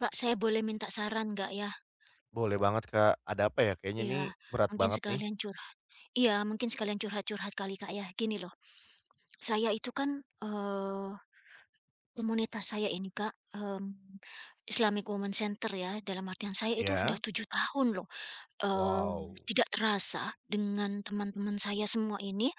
Kak, saya boleh minta saran nggak ya? Boleh banget, Kak. Ada apa ya? Kayaknya Iya, ini berat mungkin banget nih. sekalian curhat. Iya, mungkin sekalian curhat-curhat kali Kak ya. Gini loh, saya itu kan, komunitas saya ini Kak, mmm, Islamic Women Center ya, dalam artian saya itu sudah Iya. 7 tahun loh, eee, Wow. tidak terasa dengan teman-teman saya semua ini.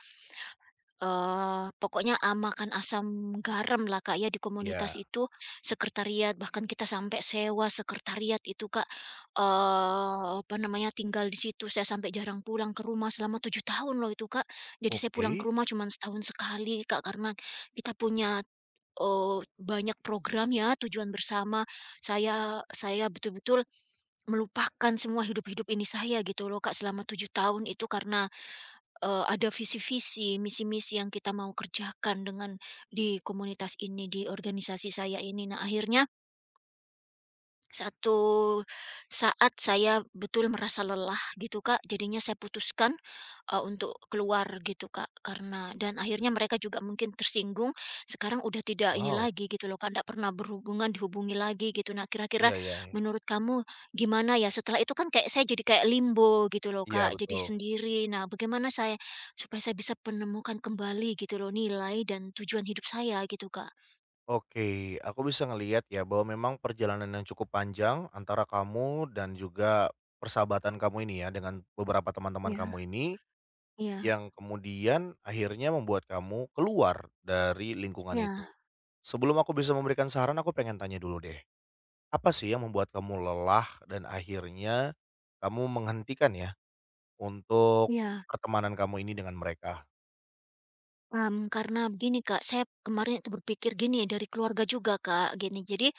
Pokoknya makan asam garam lah, Kak, ya, di komunitas Iya. itu, sekretariat, bahkan kita sampai sewa sekretariat itu, Kak. Apa namanya, tinggal di situ, saya sampai jarang pulang ke rumah selama 7 tahun loh itu, Kak. Jadi saya pulang ke Oke. rumah cuma setahun sekali, Kak, karena kita punya, banyak program ya, tujuan bersama. Saya betul-betul melupakan semua hidup-hidup ini saya gitu loh, Kak, selama 7 tahun itu karena ada visi-visi, misi-misi yang kita mau kerjakan dengan di komunitas ini, di organisasi saya ini. Nah, akhirnya satu saat saya betul merasa lelah gitu, Kak, jadinya saya putuskan, untuk keluar gitu, Kak, karena dan akhirnya mereka juga mungkin tersinggung, sekarang udah tidak ini Wow. lagi gitu loh, Kak, tidak pernah berhubungan, dihubungi lagi gitu. Nah, kira-kira Iya iya iya. menurut kamu gimana ya? Setelah itu kan kayak saya jadi kayak limbo gitu loh, Iya, Kak, jadi betul. sendiri. Nah, bagaimana saya supaya saya bisa menemukan kembali gitu loh nilai dan tujuan hidup saya gitu, Kak? Oke, aku bisa ngelihat ya bahwa memang perjalanan yang cukup panjang antara kamu dan juga persahabatan kamu ini ya dengan beberapa teman-teman Iya. kamu ini Iya. yang kemudian akhirnya membuat kamu keluar dari lingkungan itu. Iya, Sebelum aku bisa memberikan saran, aku pengen tanya dulu deh. Apa sih yang membuat kamu lelah dan akhirnya kamu menghentikan ya, untuk iya. pertemanan kamu ini dengan mereka? Mmm, karena begini Kak, saya kemarin itu berpikir gini dari keluarga juga Kak, gini. Jadi,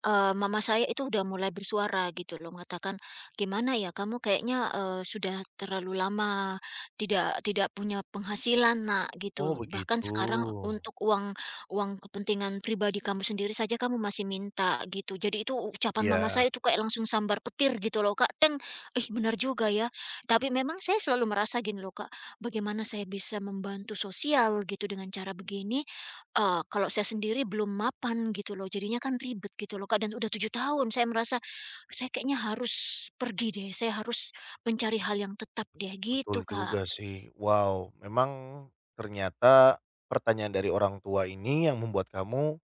Mama saya itu udah mulai bersuara gitu loh, mengatakan, "Gimana ya kamu kayaknya, sudah terlalu lama tidak tidak punya penghasilan, Nak," Oh gitu. "Bahkan begitu. sekarang untuk uang uang kepentingan pribadi kamu sendiri saja kamu masih minta," gitu. Jadi itu ucapan mama saya Ya itu kayak langsung sambar petir gitu loh, Kak, Teng, ih, benar juga ya. Tapi memang saya selalu merasa gini loh, Kak, bagaimana saya bisa membantu sosial gitu dengan cara begini, kalau saya sendiri belum mapan gitu loh, jadinya kan ribet gitu loh, Kak, dan udah 7 tahun saya merasa, saya kayaknya harus pergi deh, saya harus mencari hal yang tetap deh, betul gitu, Kak. juga sih. Wow, memang ternyata pertanyaan dari orang tua ini yang membuat kamu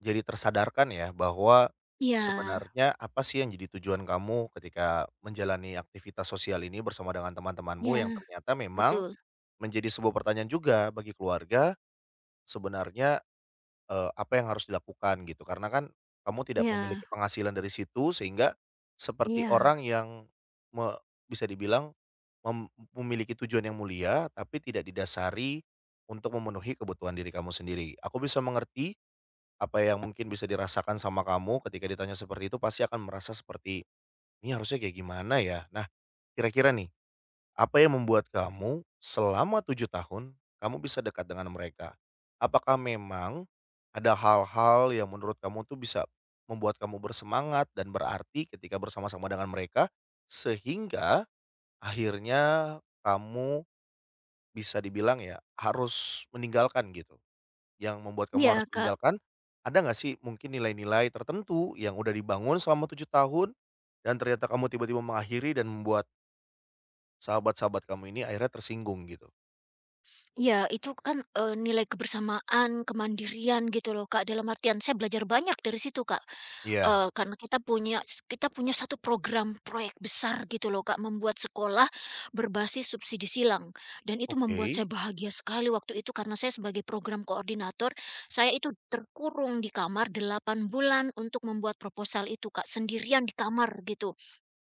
jadi tersadarkan ya, bahwa Iya, sebenarnya apa sih yang jadi tujuan kamu ketika menjalani aktivitas sosial ini bersama dengan teman-temanmu iya, yang ternyata memang betul. menjadi sebuah pertanyaan juga bagi keluarga. Sebenarnya apa yang harus dilakukan gitu, karena kan kamu tidak memiliki Iya, penghasilan dari situ, sehingga seperti iya, orang yang me bisa dibilang mem memiliki tujuan yang mulia tapi tidak didasari untuk memenuhi kebutuhan diri kamu sendiri. Aku bisa mengerti apa yang mungkin bisa dirasakan sama kamu ketika ditanya seperti itu, pasti akan merasa seperti, "Ini harusnya kayak gimana ya?" Nah, kira-kira nih, apa yang membuat kamu selama 7 tahun kamu bisa dekat dengan mereka? Apakah memang ada hal-hal yang menurut kamu tuh bisa membuat kamu bersemangat dan berarti ketika bersama-sama dengan mereka, sehingga akhirnya kamu bisa dibilang ya harus meninggalkan gitu? Yang membuat kamu harus iya, Kak. meninggalkan, ada nggak sih mungkin nilai-nilai tertentu yang udah dibangun selama 7 tahun dan ternyata kamu tiba-tiba mengakhiri dan membuat sahabat-sahabat kamu ini akhirnya tersinggung gitu? Iya, itu kan, nilai kebersamaan, kemandirian gitu loh, Kak. Dalam artian saya belajar banyak dari situ, Kak. Iya, Karena kita punya satu program proyek besar gitu loh, Kak, membuat sekolah berbasis subsidi silang. Dan itu oke. membuat saya bahagia sekali waktu itu karena saya sebagai program koordinator, saya itu terkurung di kamar 8 bulan untuk membuat proposal itu, Kak, sendirian di kamar gitu.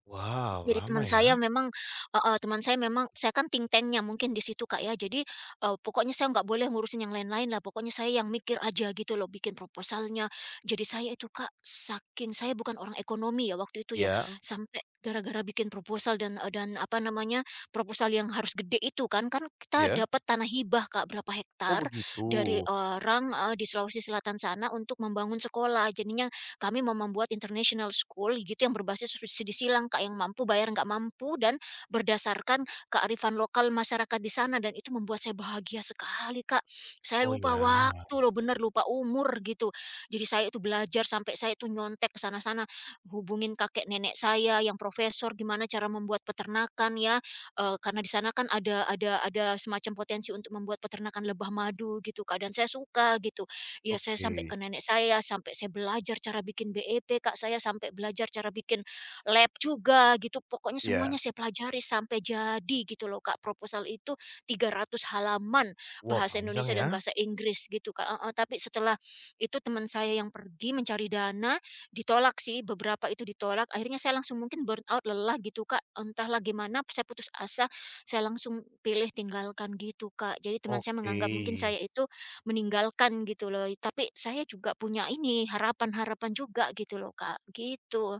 Wow, Jadi teman lama saya ya? memang heeh, teman saya memang saya kan think tank mungkin di situ, Kak, ya. Jadi, pokoknya saya nggak boleh ngurusin yang lain-lain lah, pokoknya saya yang mikir aja gitu loh, bikin proposalnya. Jadi saya itu, Kak, saking saya bukan orang ekonomi ya waktu itu ya, Iya sampai gara-gara bikin proposal dan, dan apa namanya, proposal yang harus gede itu kan, kita iya. dapat tanah hibah, Kak, berapa Oh hektar begitu. dari orang, di Sulawesi Selatan sana untuk membangun sekolah. Jadinya kami mau membuat international school gitu yang berbasis subsidi silang, Kak, yang mampu bayar nggak mampu dan berdasarkan kearifan lokal masyarakat di sana dan itu membuat saya bahagia sekali, Kak. Saya Oh lupa ya, waktu loh, bener lupa umur gitu. Jadi saya itu belajar sampai saya itu nyontek ke sana-sana, hubungin kakek nenek saya yang profesor gimana cara membuat peternakan ya. Eh, karena di sana kan ada semacam potensi untuk membuat peternakan lebah madu gitu, Kak, dan saya suka gitu ya saya oke. sampai ke nenek saya, sampai saya belajar cara bikin BEP, Kak, saya sampai belajar cara bikin lab juga gitu, pokoknya semuanya Iya. saya pelajari sampai jadi gitu loh, Kak. Proposal itu 300 halaman Wah bahasa panjang Indonesia dan ya. bahasa Inggris gitu, Kak heeh, tapi setelah itu teman saya yang pergi mencari dana, ditolak sih, beberapa itu ditolak, akhirnya saya langsung mungkin burnout lelah gitu, Kak, entahlah gimana saya putus asa, saya langsung pilih tinggalkan gitu, Kak. Jadi teman saya Oke. menganggap mungkin saya itu meninggalkan gitu loh, tapi saya juga punya ini, harapan-harapan juga gitu loh, Kak, gitu.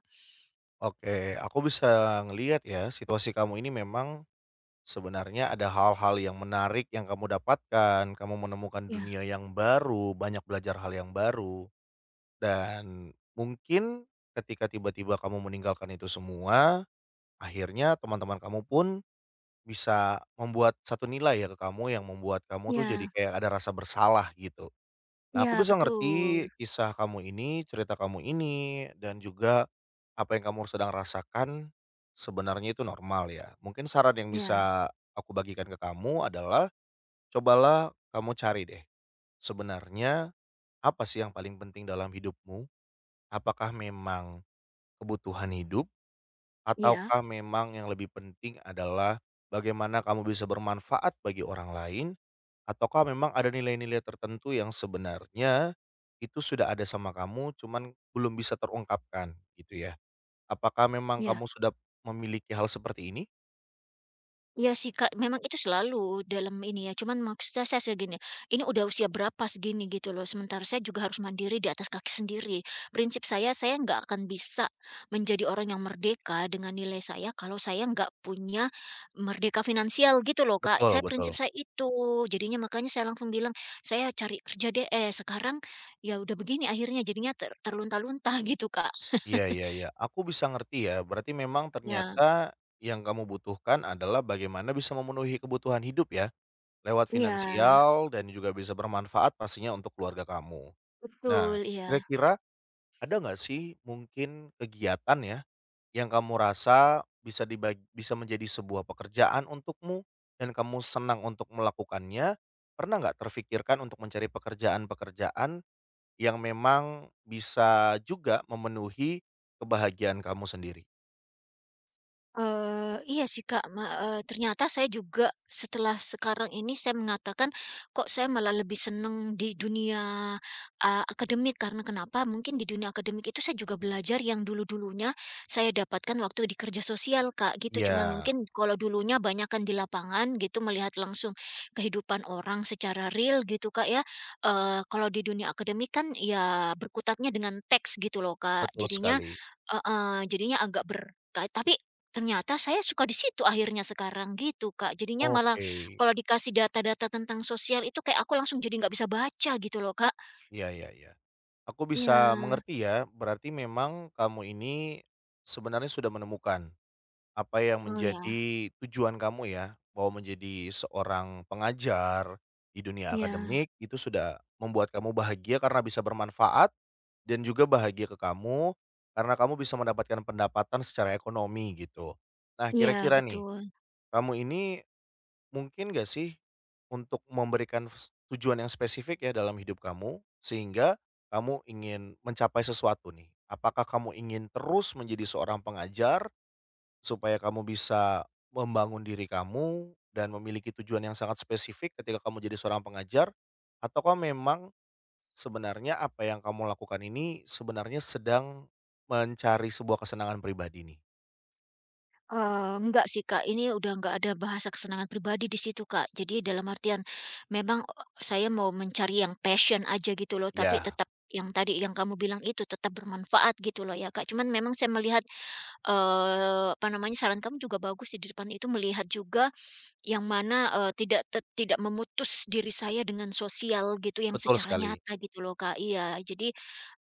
Oke, aku bisa ngelihat ya, situasi kamu ini memang sebenarnya ada hal-hal yang menarik yang kamu dapatkan, kamu menemukan Ya, dunia yang baru, banyak belajar hal yang baru, dan mungkin ketika tiba-tiba kamu meninggalkan itu semua, akhirnya teman-teman kamu pun bisa membuat satu nilai ya ke kamu yang membuat kamu tuh jadi ya, kayak ada rasa bersalah gitu. Nah, aku ya, bisa ngerti betul, kisah kamu ini, cerita kamu ini, dan juga apa yang kamu sedang rasakan sebenarnya itu normal ya. Mungkin saran yang ya, bisa aku bagikan ke kamu adalah, cobalah kamu cari deh sebenarnya apa sih yang paling penting dalam hidupmu. Apakah memang kebutuhan hidup? ya, Ataukah memang yang lebih penting adalah bagaimana kamu bisa bermanfaat bagi orang lain? Ataukah memang ada nilai-nilai tertentu yang sebenarnya itu sudah ada sama kamu, cuman belum bisa terungkapkan gitu ya? Apakah memang ya. kamu sudah memiliki hal seperti ini? Iya sih, Kak, memang itu selalu dalam ini ya, cuman maksudnya saya segini, ini udah usia berapa segini gitu loh, sementara saya juga harus mandiri di atas kaki sendiri. Prinsip saya nggak akan bisa menjadi orang yang merdeka dengan nilai saya kalau saya nggak punya merdeka finansial gitu loh, Kak. Saya Betul prinsip betul. saya itu. Jadinya makanya saya langsung bilang, "Saya cari kerja deh, eh sekarang ya udah begini akhirnya jadinya terlunta-lunta gitu, Kak." Iya iya iya, aku bisa ngerti ya, berarti memang Ya, ternyata yang kamu butuhkan adalah bagaimana bisa memenuhi kebutuhan hidup ya, lewat iya, finansial, dan juga bisa bermanfaat pastinya untuk keluarga kamu. betul, Nah, iya. kira-kira ada nggak sih mungkin kegiatan ya, yang kamu rasa bisa dibagi, bisa menjadi sebuah pekerjaan untukmu dan kamu senang untuk melakukannya? Pernah nggak terfikirkan untuk mencari pekerjaan-pekerjaan yang memang bisa juga memenuhi kebahagiaan kamu sendiri? Iya sih Kak, ternyata saya juga setelah sekarang ini saya mengatakan, kok saya malah lebih seneng di dunia, akademik karena kenapa? Mungkin di dunia akademik itu saya juga belajar yang dulu-dulunya saya dapatkan waktu di kerja sosial Kak, gitu. Cuman Iya, mungkin kalau dulunya banyakan di lapangan gitu, melihat langsung kehidupan orang secara real gitu Kak ya, kalau di dunia akademik kan ya berkutatnya dengan teks gitu loh Kak, betul jadinya sekali. heeh, jadinya agak ber ka tapi ternyata saya suka di situ akhirnya sekarang gitu, Kak. Jadinya malah Oke, kalau dikasih data-data tentang sosial itu kayak aku langsung jadi nggak bisa baca gitu loh, Kak. iya iya iya. Aku bisa Iya. mengerti ya, berarti memang kamu ini sebenarnya sudah menemukan apa yang Oh ya, menjadi tujuan kamu ya, bahwa menjadi seorang pengajar di dunia iya. akademik itu sudah membuat kamu bahagia karena bisa bermanfaat, dan juga bahagia ke kamu karena kamu bisa mendapatkan pendapatan secara ekonomi gitu. Nah, Iya kira-kira nih, betul. kamu ini mungkin gak sih untuk memberikan tujuan yang spesifik ya dalam hidup kamu, sehingga kamu ingin mencapai sesuatu nih? Apakah kamu ingin terus menjadi seorang pengajar supaya kamu bisa membangun diri kamu dan memiliki tujuan yang sangat spesifik ketika kamu jadi seorang pengajar, ataukah memang sebenarnya apa yang kamu lakukan ini sebenarnya sedang mencari sebuah kesenangan pribadi nih? Enggak sih, Kak, ini udah nggak ada bahasa kesenangan pribadi di situ, Kak. Jadi dalam artian memang, saya mau mencari yang passion aja gitu loh, tapi Ya, tetap yang tadi yang kamu bilang itu tetap bermanfaat gitu loh ya, Kak. Cuman memang saya melihat, apa namanya, saran kamu juga bagus sih di depan itu melihat juga yang mana, tidak memutus diri saya dengan sosial gitu yang betul secara sekali, nyata gitu loh, Kak. Iya, jadi,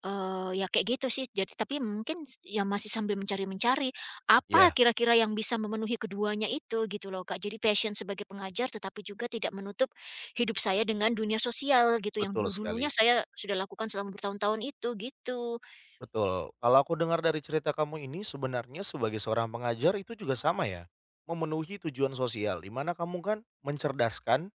ya kayak gitu sih. Jadi tapi mungkin ya masih sambil mencari-mencari, apa ya kira-kira yang bisa memenuhi keduanya itu gitu loh, Kak. Jadi passion sebagai pengajar tetapi juga tidak menutup hidup saya dengan dunia sosial gitu, yang betul dulu-dulunya sekali, saya sudah lakukan selama bertahun-tahun itu, gitu. betul. Kalau aku dengar dari cerita kamu, ini sebenarnya sebagai seorang pengajar itu juga sama ya, memenuhi tujuan sosial, di mana kamu kan mencerdaskan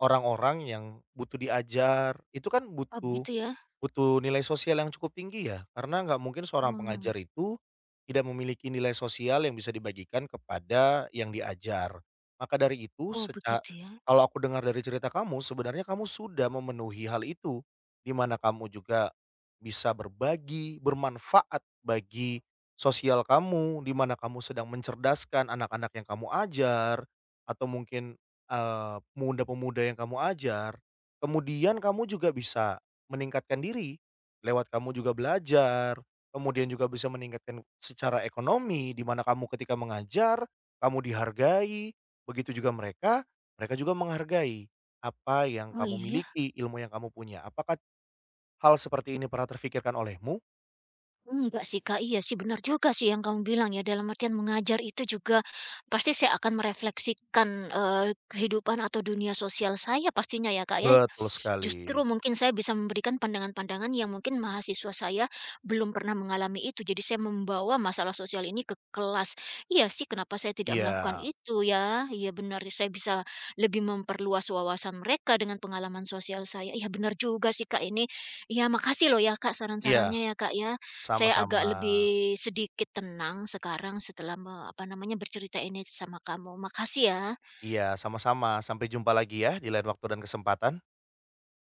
orang-orang yang butuh diajar. Itu kan Oh butuh begitu ya? Butuh nilai sosial yang cukup tinggi ya, karena nggak mungkin seorang pengajar Oh. itu tidak memiliki nilai sosial yang bisa dibagikan kepada yang diajar. Maka dari itu Oh seca begitu ya? Kalau aku dengar dari cerita kamu, sebenarnya kamu sudah memenuhi hal itu, di mana kamu juga bisa berbagi, bermanfaat bagi sosial kamu, di mana kamu sedang mencerdaskan anak-anak yang kamu ajar, atau mungkin, pemuda-pemuda yang kamu ajar. Kemudian kamu juga bisa meningkatkan diri, lewat kamu juga belajar, kemudian juga bisa meningkatkan secara ekonomi, di mana kamu ketika mengajar, kamu dihargai, begitu juga mereka, mereka juga menghargai apa yang Oh kamu iya ya. miliki, ilmu yang kamu punya. Apakah hal seperti ini pernah terfikirkan olehmu? Enggak sih, Kak. Iya sih, benar juga sih yang kamu bilang ya, dalam artian mengajar itu juga pasti saya akan merefleksikan, kehidupan atau dunia sosial saya pastinya ya, Kak, ya, Betul sekali. justru mungkin saya bisa memberikan pandangan-pandangan yang mungkin mahasiswa saya belum pernah mengalami itu. Jadi saya membawa masalah sosial ini ke kelas. Iya sih, kenapa saya tidak melakukan Iya, itu ya? Iya benar, saya bisa lebih memperluas wawasan mereka dengan pengalaman sosial saya. Iya benar juga sih Kak ini. Iya makasih loh ya Kak iya, saran-sarannya ya Kak ya. Saya agak sama-sama. lebih sedikit tenang sekarang setelah apa namanya bercerita ini sama kamu. Makasih ya. Iya, sama-sama. Sampai jumpa lagi ya di lain waktu dan kesempatan.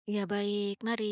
Iya baik, mari.